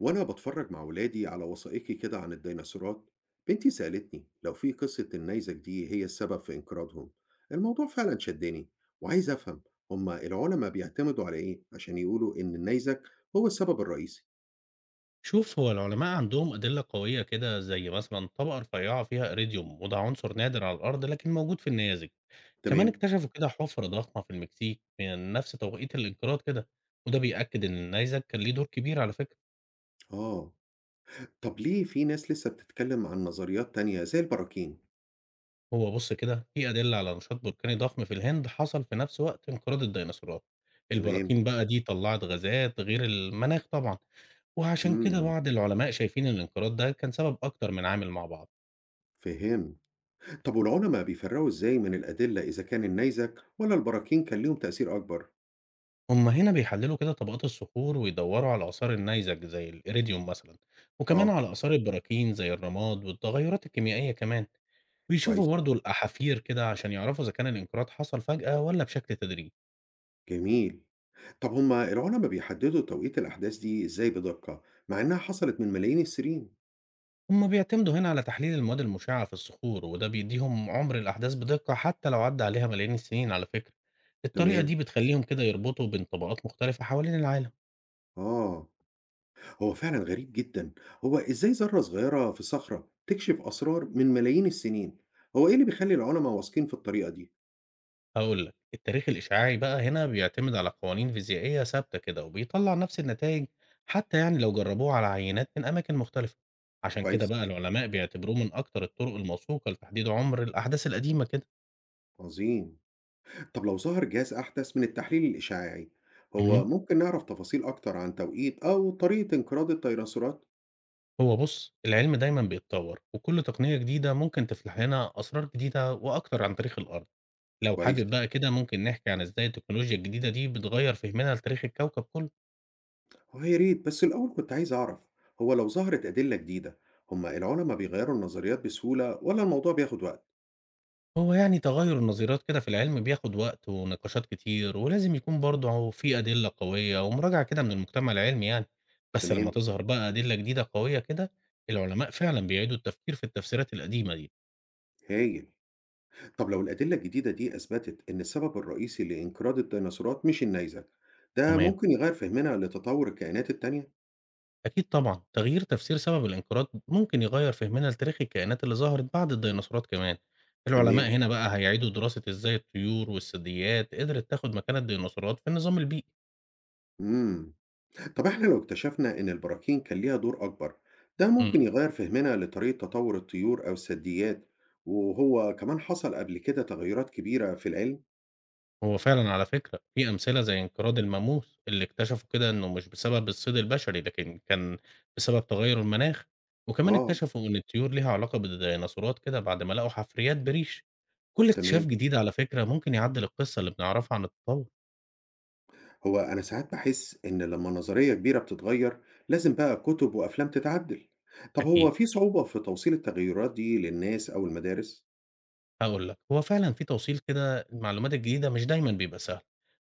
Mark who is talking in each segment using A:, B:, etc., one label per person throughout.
A: وأنا بتفرج مع ولادي على وثائقي كده عن الديناصورات. بنتي سألتني لو في قصة النيزك دي هي السبب في انقراضهم. الموضوع فعلا شدني وعايز أفهم، هما العلماء بيعتمدوا على إيه عشان يقولوا إن النيزك هو السبب الرئيسي؟
B: شوف، هو العلماء عندهم أدلة قوية كده، زي مثلا طبقة رفيعة فيها إريديوم، وده عنصر نادر على الأرض لكن موجود في النيازك. كمان
A: تمام.
B: اكتشفوا كده حفرة ضخمة في المكسيك من نفس توقيت الانقراض كده، وده بيأكد إن النيزك كان ليه دور كبير على فكرة.
A: آه، طب ليه في ناس لسه بتتكلم عن نظريات تانية زي البراكين؟
B: هو بص كده، في أدلة على نشاط بركاني ضخم في الهند حصل في نفس وقت انقراض الديناصورات.
A: تمام.
B: البراكين بقى دي طلعت غازات غير المناخ طبعا، وعشان كده
A: مم.
B: بعض العلماء شايفين إن الانقراض ده كان سبب أكتر من عامل مع بعض.
A: فهم، طب والعلماء بيفرقوا إزاي من الأدلة إذا كان النيزك ولا البراكين كان ليهم تأثير أكبر؟
B: هما هنا بيحللوا كده طبقات الصخور ويدوروا على آثار النيزك زي الإيريديوم مثلا، وكمان
A: آه.
B: على آثار البراكين زي الرماد والتغيرات الكيميائية كمان.
A: كويس،
B: ويشوفوا برضو الأحافير كده عشان يعرفوا إذا كان الانقراض حصل فجأة ولا بشكل تدريجي.
A: جميل. طب هم العُلَما بيحدّدوا توقيت الأحداث دي إزاي بدقة، مع إنها حصلت من ملايين السِنين؟
B: هما بيعتمدوا هنا على تحليل المواد المشعة في الصخور، وده بيديهم عمر الأحداث بدقة حتى لو عدى عليها ملايين السنين على فكرة. الطريقة
A: تمام،
B: دي بتخليهم كده يربطوا بين طبقات مختلفة حوالين العالم.
A: آه، هو فعلًا غريب جدًا، هو إزاي ذرّة صغيرة في صخرة تكشف أسرار من ملايين السِنين؟ هو إيه اللي بيخلّي العُلَما واثقين في الطريقة دي؟
B: هاقول لك، التاريخ الإشعاعي بقى هنا بيعتمد على قوانين فيزيائية ثابتة كده، وبيطلّع نفس النتايج حتى يعني لو جربوه على عينات من أماكن مختلفة، عشان كده
A: كويس،
B: بقى العلماء بيعتبروه من أكتر الطرق الموثوقة لتحديد عُمر الأحداث القديمة كده.
A: عظيم. طب لو ظهر جهاز أحدث من التحليل الإشعاعي، هو
B: اهم.
A: ممكن نعرف تفاصيل أكتر عن توقيت أو طريقة انقراض الديناصورات؟
B: هو بُص، العلم دايمًا بيتطوّر، وكل تقنية جديدة ممكن تفتح لنا أسرار جديدة وأكتر عن تاريخ الأرض. لو
A: كويس.
B: حابب بقى كده ممكن نحكي عن إزاي التكنولوجيا الجديدة دي بتغيّر فهمنا لتاريخ الكوكب كُلّه.
A: هو يا ريت بس الأول كنت عايز أعرف، هو لو ظهرت أدلة جديدة هما العلماء بيغيروا النظريات بسهولة ولا الموضوع بياخد وقت؟
B: هو يعني تغير النظريات كده في العلم بياخد وقت ونقاشات كتير، ولازم يكون برضه في أدلة قوية ومراجعة كده من المجتمع العلمي يعني. بس لما
A: تمام.
B: تظهر بقى أدلة جديدة قوية كده، العلماء فعلا بيعيدوا التفكير في التفسيرات القديمة دي.
A: هايل، طب لو الأدلة الجديدة دي أثبتت إن السبب الرئيسي لإنقراض الديناصورات مش النيزك، ده
B: تمام،
A: ممكن يغير فهمنا لتطور الكائنات التانية؟
B: أكيد طبعا تغيير تفسير سبب الانقراض ممكن يغير فهمنا لتاريخ الكائنات اللي ظهرت بعد الديناصورات كمان. العلماء
A: تمام.
B: هنا بقى هيعيدوا دراسة إزاي الطيور والثدييات قدرت تاخد مكان الديناصورات في النظام البيئي.
A: مم. طب إحنا لو اكتشفنا إن البراكين كان ليها دور أكبر، ده
B: امم.
A: ممكن يغير فهمنا لطريقة تطور الطيور أو الثدييات؟ وهو كمان حصل قبل كده تغيرات كبيرة في العلم؟
B: هو فعلًا على فكرة في أمثلة زي انقراض الماموث اللي اكتشفوا كده إنه مش بسبب الصيد البشري، لكن كان بسبب تغيُّر المناخ، وكمان
A: آه.
B: اكتشفوا إن الطيور ليها علاقة بالديناصورات كده بعد ما لقوا حفريات بريش. كل
A: تمام،
B: اكتشاف جديد على فكرة ممكن يعدّل القصة اللي بنعرفها عن التطور.
A: هو أنا ساعات بحس إن لما نظرية كبيرة بتتغير لازم بقى كتب وأفلام تتعدل. طب هو
B: أكيد،
A: في صعوبة في توصيل التغيرات دي للناس أو المدارس؟
B: هاقول لك، هو فعلًا في توصيل كده المعلومات الجديدة مش دايمًا بيبقى سهل،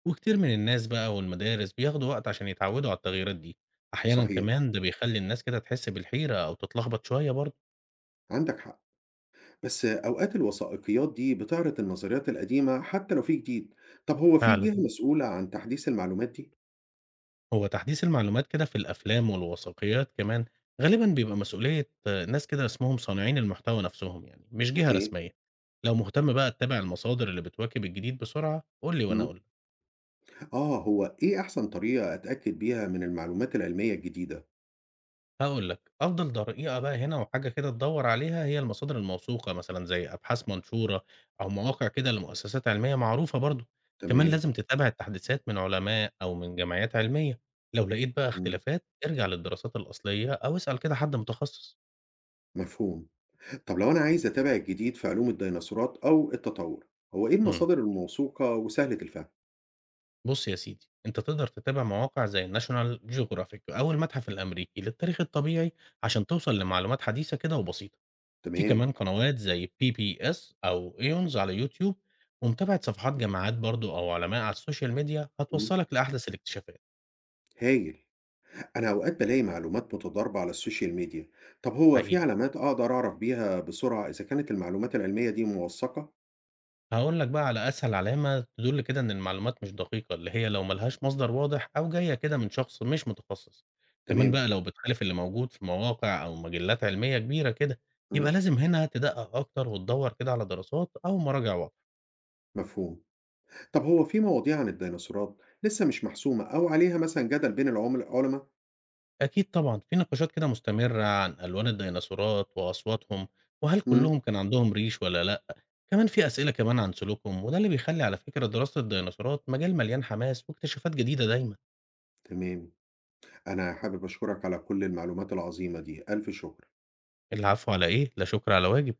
B: وكتير من الناس بقى والمدارس بياخدوا وقت عشان يتعودوا على التغييرات دي. أحيانًا
A: صحيح،
B: كمان ده بيخلّي الناس كده تحس بالحيرة أو تتلخبط شوية برضه.
A: عندك حق، بس أوقات الوثائقيات دي بتعرض النظريات القديمة حتى لو في جديد. طب هو في
B: فعلًا.
A: جهة مسؤولة عن تحديث المعلومات دي؟
B: هو تحديث المعلومات كده في الأفلام والوثائقيات كمان غالبا بيبقى مسؤولية ناس كده اسمهم صانعين المحتوى نفسهم يعني، مش جهة
A: أوكي.
B: رسمية. لو مهتم بقى تتابع المصادر اللي بتواكب الجديد بسرعة، قول لي وأنا
A: مم.
B: أقول لك.
A: آه، هو إيه أحسن طريقة أتأكد بيها من المعلومات العلمية الجديدة؟
B: هقول لك أفضل طريقة بقى هنا وحاجة كده تدور عليها، هي المصادر الموثوقة مثلا زي أبحاث منشورة أو مواقع كده لمؤسسات علمية معروفة برضو. كمان
A: تمام.
B: لازم تتابع التحديثات من علماء أو من جمعيات علمية. لو لقيت بقى
A: مم.
B: اختلافات، ارجع للدراسات الأصلية أو اسأل كده حد متخصص.
A: مفهوم، طب لو أنا عايز أتابع الجديد في علوم الديناصورات أو التطور، هو إيه
B: مم.
A: المصادر الموثوقة وسهلة الفهم؟
B: بُص يا سيدي، أنت تقدر تتابع مواقع زي الnational geographic أو المتحف الأمريكي للتاريخ الطبيعي، عشان توصل لمعلومات حديثة كده وبسيطة. في
A: تمام؟
B: كمان قنوات زي PBS أو Aeons على يوتيوب، ومتابعة صفحات جامعات برضه أو علماء على السوشيال ميديا
A: مم.
B: هتوصّلك لأحدث الاكتشافات.
A: هايل، أنا أوقات بلاقي معلومات متضاربة على السوشيال ميديا، طب هو في
B: حقيقي.
A: علامات أقدر أعرف بيها بسرعة إذا كانت المعلومات العلمية دي موثقة؟
B: هاقول لك بقى على أسهل علامة تدل كده إن المعلومات مش دقيقة، اللي هي لو ما لهاش مصدر واضح أو جاية كده من شخص مش متخصص. كمان
A: تمام؟
B: بقى لو بتخالف اللي موجود في مواقع أو مجلات علمية كبيرة كده، يبقى
A: مم.
B: لازم هنا تدقق أكتر وتدور كده على دراسات أو مراجع واضحة.
A: مفهوم، طب هو في مواضيع عن الديناصورات لسه مش محسومة أو عليها مثلا جدل بين العلماء؟
B: أكيد طبعًا في نقاشات كده مستمرة عن ألوان الديناصورات وأصواتهم، وهل
A: مم.
B: كلهم كان عندهم ريش والّا لأ. كمان في أسئلة كمان عن سلوكهم، وده اللي بيخلي على فكرة دراسة الديناصورات مجال مليان حماس واكتشافات جديدة دايمًا.
A: تمام، أنا حابب أشكرك على كل المعلومات العظيمة دي، ألف شكر.
B: العفو على إيه، لا شكر على واجب.